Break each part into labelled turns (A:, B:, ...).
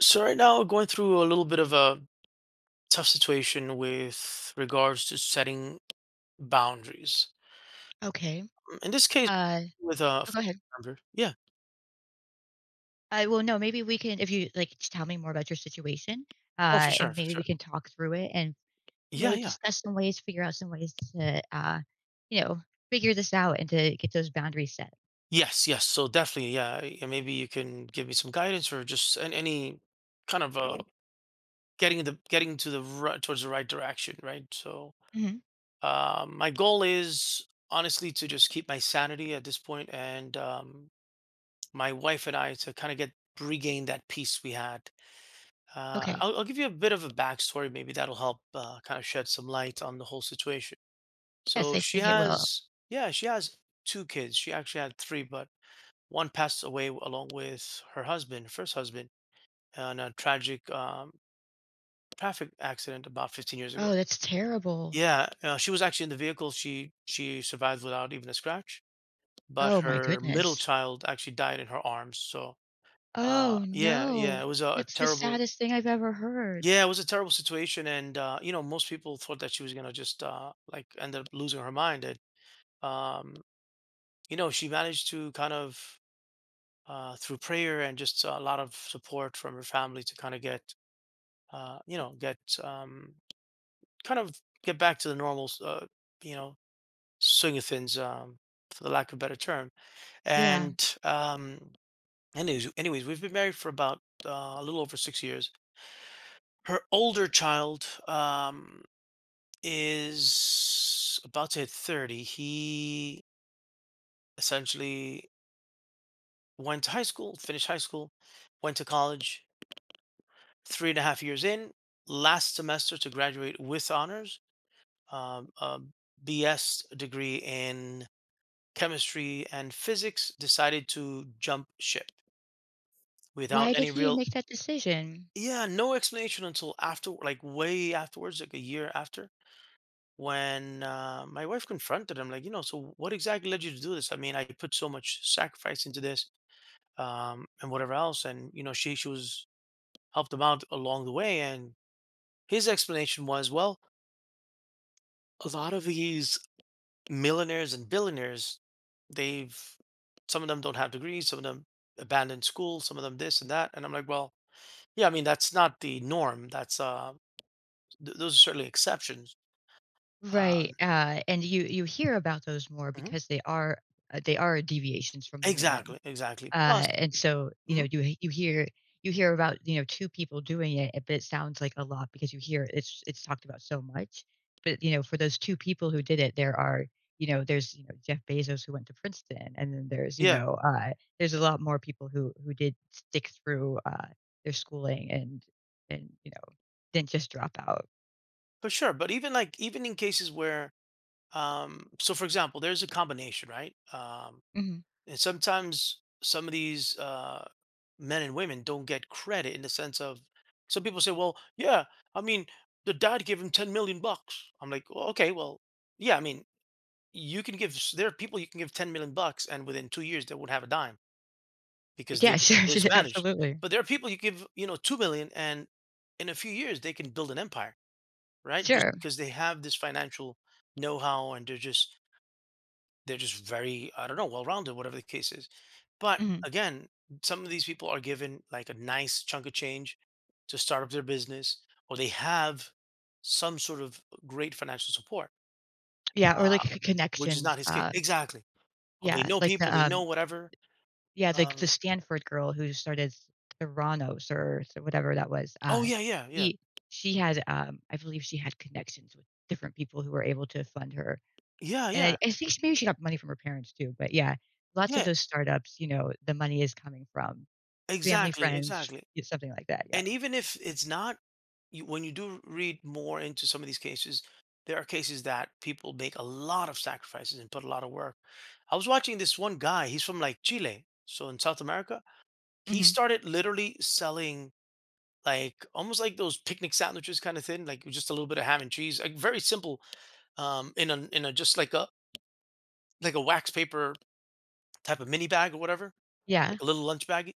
A: So right now, going through a little bit of a tough situation with regards to setting boundaries.
B: Okay.
A: In this case,
B: Uh,
A: with a
B: oh, go ahead.
A: member, yeah.
B: Well, no, maybe we can, if you like, just tell me more about your situation,
A: Oh, for
B: and
A: sure, for
B: maybe we
A: sure.
B: can talk through it and, you
A: Yeah,
B: know,
A: yeah.
B: discuss some ways, figure out some ways to, you know, figure this out and to get those boundaries set.
A: Yes, yes. So definitely, yeah. Maybe you can give me some guidance or just any kind of getting to the right, towards the right direction, right? So
B: hmm
A: my goal is honestly to just keep my sanity at this point, and my wife and I to kind of get regain that peace we had. Uh,
B: Okay.
A: I'll, I'll give you a bit of a backstory. Maybe that'll help kind of shed some light on the whole situation.
B: Yes,
A: So
B: I
A: she
B: think it will.
A: has, yeah, she has two kids. She actually had three, but one passed away along with her husband, first husband, in a tragic traffic accident about 15 years ago.
B: Oh, that's terrible.
A: Yeah, she was actually in the vehicle. She survived without even a scratch, but
B: Oh, my
A: her middle
B: goodness.
A: child actually died in her arms. So
B: Oh,
A: yeah,
B: no.
A: yeah,
B: That's the saddest thing I've ever heard.
A: It was a terrible situation, and most people thought that she was gonna just like end up losing her mind. And um, she managed to kind of through prayer and just a lot of support from her family to kind of uh, you know get um, kind of get back to the normal you know swing of things for the lack of a better term.
B: Yeah.
A: And um, anyways, we've been married for about a little over 6 years. Her older child, is about to hit 30. He essentially went to high school, finished high school, went to college, three and a half years in, last semester to graduate with honors, a BS degree in chemistry and physics, decided to jump ship without
B: Why did
A: any
B: he
A: real,
B: make that decision?
A: yeah, no explanation until after, like way afterwards, like a year after, when my wife confronted him, like, you know, so what exactly led you to do this? I mean, I put so much sacrifice into this and, whatever else. And, she was helped him out along the way. And his explanation was, well, a lot of these millionaires and billionaires, they've, some of them don't have degrees, some of them abandoned school, some of them this and that. And I'm like, well, yeah, I mean, that's not the norm. Those are certainly exceptions.
B: Right,
A: Um,
B: and you hear about those more
A: mhm.
B: because they are deviations from the norm,
A: Exactly, exactly. Plus,
B: uh, and so you
A: mhm.
B: know you you hear you hear about two people doing it, but it sounds like a lot because you hear it's talked about so much. But you know, for those two people who did it, there are there's Jeff Bezos who went to Princeton, and then there's
A: Yeah.
B: there's a lot more people who did stick through their schooling and didn't just drop out.
A: For sure, but even in cases where, so for example, there's a combination, right? Um,
B: Mhm.
A: and sometimes some of these men and women don't get credit in the sense of some people say, well, yeah, I mean, the dad gave him 10 million bucks. I'm like, well, okay, well, yeah, I mean, you can there are people you can give 10 million bucks, and within 2 years they won't have a dime because they
B: Yeah,
A: just
B: sure,
A: they just
B: sure,
A: vanish.
B: absolutely.
A: But there are people you give 2 million, and in a few years they can build an empire, right? Just
B: Sure.
A: because they have this financial know-how and they're just very, I don't know, well-rounded, whatever the case is. But
B: Mhm.
A: again, some of these people are given like a nice chunk of change to start up their business, or they have some sort of great financial support,
B: Yeah, or
A: uh,
B: like c
A: which is
B: connections,
A: not his case. Exactly. Or they
B: yeah,
A: know
B: like
A: people, they know whatever.
B: yeah, like the
A: Um,
B: Stanford girl who started Theranos or s whatever that was,
A: oh, yeah, yeah, yeah,
B: he she had, I believe she had connections with different people who were able to fund her,
A: yeah,
B: and
A: yeah,
B: I think she maybe she got money from her parents too, but yeah, lots of
A: yeah.
B: those startups, you know, the money is coming from family,
A: Exactly,
B: friends,
A: exactly.
B: yeah, something like that, yeah.
A: And even if it's not, when you do read more into some of these cases, there are cases that people make a lot of sacrifices and put a lot of work. I was watching this one guy, he's from like Chile, so in South America. He
B: Mhm.
A: started literally selling like almost like those picnic sandwiches kind of thing, like with just a little bit of ham and cheese, like very simple, in a just like a wax paper type of mini bag or whatever,
B: Yeah.
A: like a little lunch bag,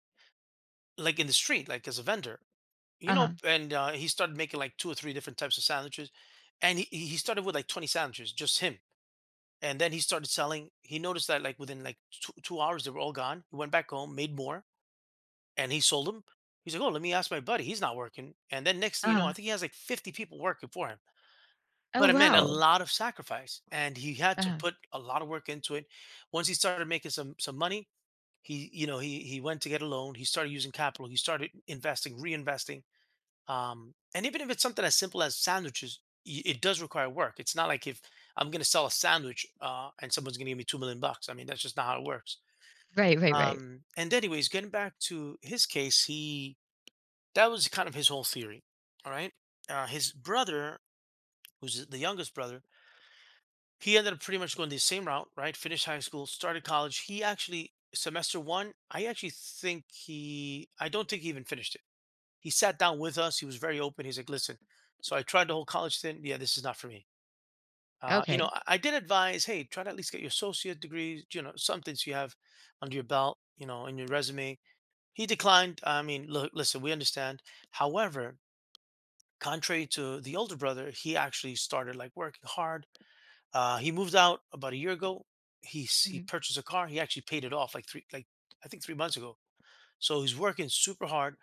A: like in the street, like as a vendor. You know,
B: Uh-huh.
A: and he started making, like, 2 or 3 different types of sandwiches, and he started with, like, 20 sandwiches, just him, and then he started selling he noticed that, like, within, like, two 2 hours, they were all gone. He went back home, made more, and he sold them. He's like, "Oh, let me ask my buddy, he's not working," and then next thing you know, I
B: Uh-huh.
A: think he has, like, 50 people working for him,
B: Oh,
A: but it meant a
B: wow.
A: lot of sacrifice, and he had to
B: Uh-huh.
A: put a lot of work into it. Once he started making some money, he you know, he went to get a loan, he started using capital, he started investing, reinvesting. And even if it's something as simple as sandwiches, it does require work. It's not like if I'm going to sell a sandwich and someone's going to give me 2 million bucks. I mean, that's just not how it works.
B: Right, right, right.
A: And Anyways, getting back to his case, he that was kind of his whole theory. All right, his brother, who's the youngest brother, he ended up pretty much going the same route. Right, finished high school, started college. He actually semester one, I actually think he, I don't think he even finished it. He sat down with us. He was very open. He's like, "Listen, so I tried the whole college thing. Yeah, this is not for me. Uh, you know,
B: Okay.
A: I, I did advise, hey, try to at least get your associate degree, something so you have under your belt, in your resume." He declined. I mean, look, listen, we understand. However, contrary to the older brother, he actually started like working hard. He moved out about a year ago. He
B: Mhm.
A: purchased a car. He actually paid it off like three, like I think 3 months ago. So he's working super hard,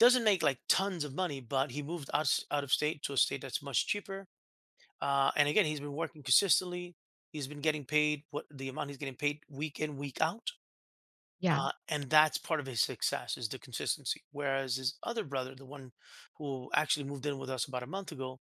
A: doesn't make like tons of money, but he moved out, out of state to a state that's much cheaper. And again, he's been working consistently. He's been getting paid what the amount he's getting paid week in, week out.
B: Yeah.
A: And that's part of his success is the consistency. Whereas his other brother, the one who actually moved in with us about a month ago,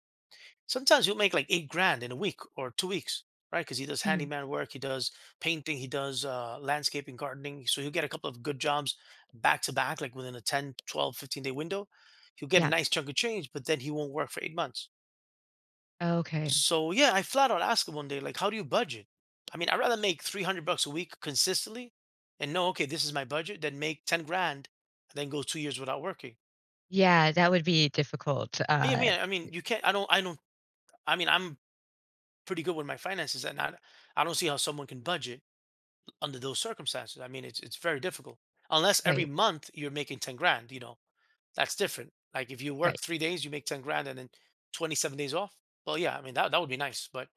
A: sometimes he'll make like 8 grand in a week or 2 weeks, right? Because he does
B: Mhm.
A: handyman work, he does painting, he does landscaping, gardening. So he'll get a couple of good jobs back to back, like within a 10, 12, 15 day window. He'll get a
B: Yeah.
A: nice chunk of change, but then he won't work for 8 months.
B: Okay.
A: So yeah, I flat out asked him one day, like, how do you budget? I mean, I'd rather make 300 bucks a week consistently and know, okay, this is my budget, than make 10 grand and then go 2 years without working.
B: Yeah, that would be difficult.
A: I mean, I mean, you can't, I don't, I don't, I mean, I'm pretty good with my finances, and I don't see how someone can budget under those circumstances. I mean, it's very difficult unless every
B: Right,
A: month you're making 10 grand. You know, that's different. Like if you work
B: right.
A: 3 days, you make 10 grand, and then 27 days off. Well, yeah, I mean that would be nice, but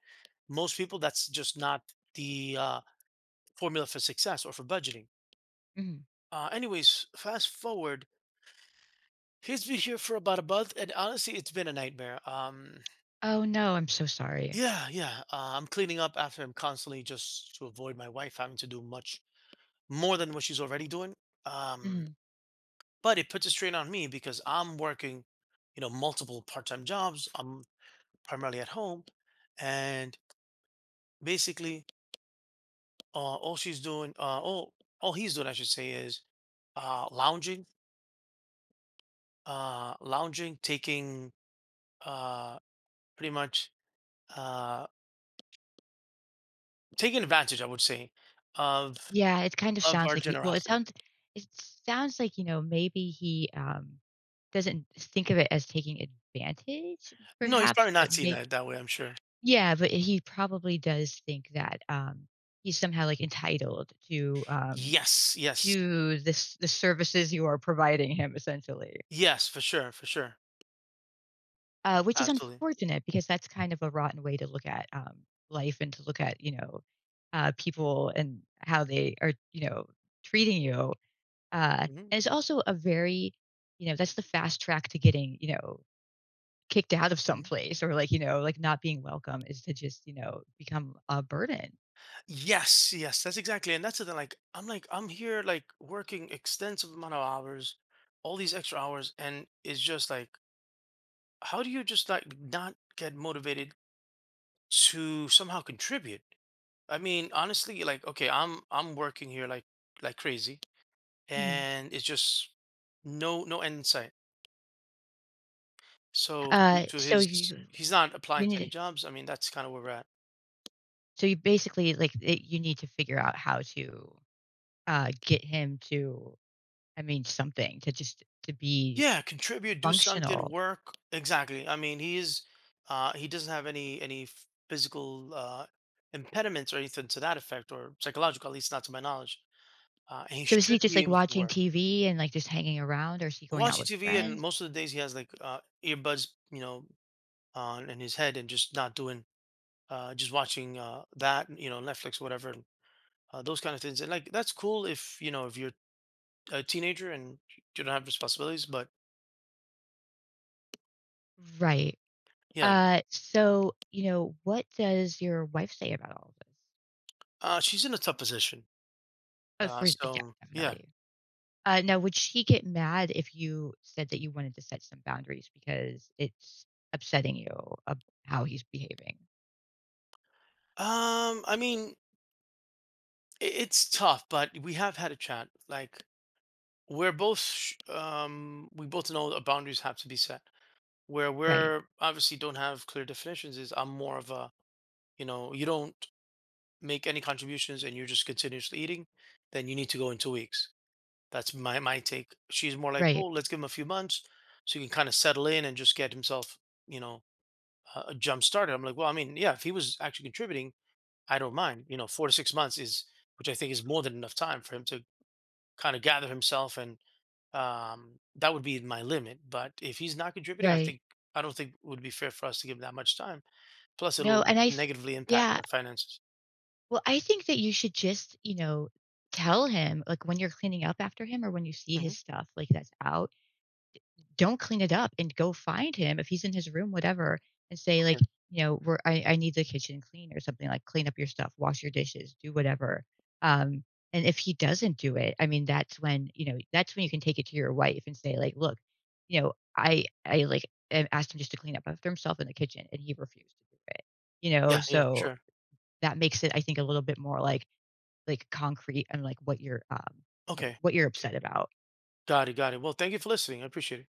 A: most people that's just not the formula for success or for budgeting.
B: Mhm.
A: Anyways, fast forward. He's been here for about a month, and honestly, it's been a nightmare.
B: Oh, no, I'm so sorry.
A: Yeah, yeah. I'm cleaning up after him constantly just to avoid my wife having to do much more than what she's already doing. Um,
B: Mhm.
A: but it puts a strain on me because I'm working, multiple part-time jobs. I'm primarily at home, and basically, uh, all she's doing, uh, all all he's doing, I should say, is uh, lounging, lounging, uh, pretty much, uh, taking advantage, I would say, of
B: Yeah, it kind of sounds
A: our
B: like
A: generosity.
B: it sounds like, you know, maybe he doesn't think of it as taking advantage
A: No, he's
B: perhaps,
A: probably
B: but
A: not seeing
B: may
A: that way, I'm sure.
B: yeah, but he probably does think that, he's somehow, like, entitled
A: Yes, yes,
B: to this the services you are providing him essentially.
A: yes, for sure,
B: Which is
A: absolutely.
B: unfortunate because that's kind of a rotten way to look at life and to look at people and how they are treating you. Uh,
A: Hmm.
B: and it's also a very that's the fast track to getting kicked out of some place or like like not being welcome is to just become a burden.
A: Yes, yes, that's exactly, and that's the thing. Like, I'm here, like, working extensive amount of hours, all these extra hours, and it's just like, how do you just like not get motivated to somehow contribute? I mean, honestly, like, okay, I'm working here like crazy,
B: Mhm.
A: and it's just no end in sight. So to to
B: So you
A: he's not applying
B: you
A: to
B: need
A: any
B: to,
A: jobs. I mean, that's kind of where we're at.
B: so you basically you need to figure out how to get him to I mean something to just to be
A: Yeah, contribute, do something,
B: functional.
A: work. Exactly. I mean, he doesn't have any physical impediments or anything to that effect or psychological, at least not to my knowledge. And he
B: So is he
A: should
B: just,
A: be
B: like,
A: able to
B: watching
A: work.
B: TV and, like, just hanging around, or is he going out
A: Watching
B: with
A: TV, and
B: friends?
A: most of the days he has like earbuds, on in his head, and just not doing just watching that, you know, Netflix, whatever, and those kind of things. And like that's cool if you're a teenager and you don't have responsibilities, but
B: Right.
A: yeah,
B: So, you know, what does your wife say about all of this?
A: she's in a tough position.
B: Oh, for yeah,
A: So yeah.
B: definitely. Now would she get mad if you said that you wanted to set some boundaries because it's upsetting you of how he's behaving?
A: I mean, it's tough, but we have had a chat. Like we both know that boundaries have to be set. Where
B: Right,
A: we're obviously don't have clear definitions is, I'm more of a, you don't make any contributions and you're just continuously eating, then you need to go in 2 weeks. That's my take. She's more like,
B: right,
A: oh, let's give him a few months so he can kind of settle in and just get himself, you know, a jump started. I'm like, well, I mean, yeah, if he was actually contributing, I don't mind. You know, 4 to 6 months which I think is more than enough time for him to kind of gather himself, and that would be my limit. But if he's not contributing,
B: right.
A: I don't think it would be fair for us to give him that much time. Plus,
B: No,
A: it'll
B: and I th
A: negatively impact
B: yeah.
A: our finances.
B: Well, I think that you should just, you know, tell him, like, when you're cleaning up after him or when you see
A: Hmm.
B: his stuff, like, that's out don't clean it up and go find him if he's in his room, whatever, and say like,
A: Okay.
B: you know, I need the kitchen clean or something like clean up your stuff, wash your dishes, do whatever. Um, and if he doesn't do it, I mean, that's when, you know, that's when you can take it to your wife and say like, look, you know, I asked him just to clean up after himself in the kitchen and he refused to do it, you know?
A: Yeah. Yeah. For
B: So
A: sure.
B: that makes it, I think a little bit more like concrete and like what you're, you know,
A: Okay.
B: what you're
A: Okay.
B: upset about.
A: Got it. Got it. Well, thank you for listening. I appreciate it.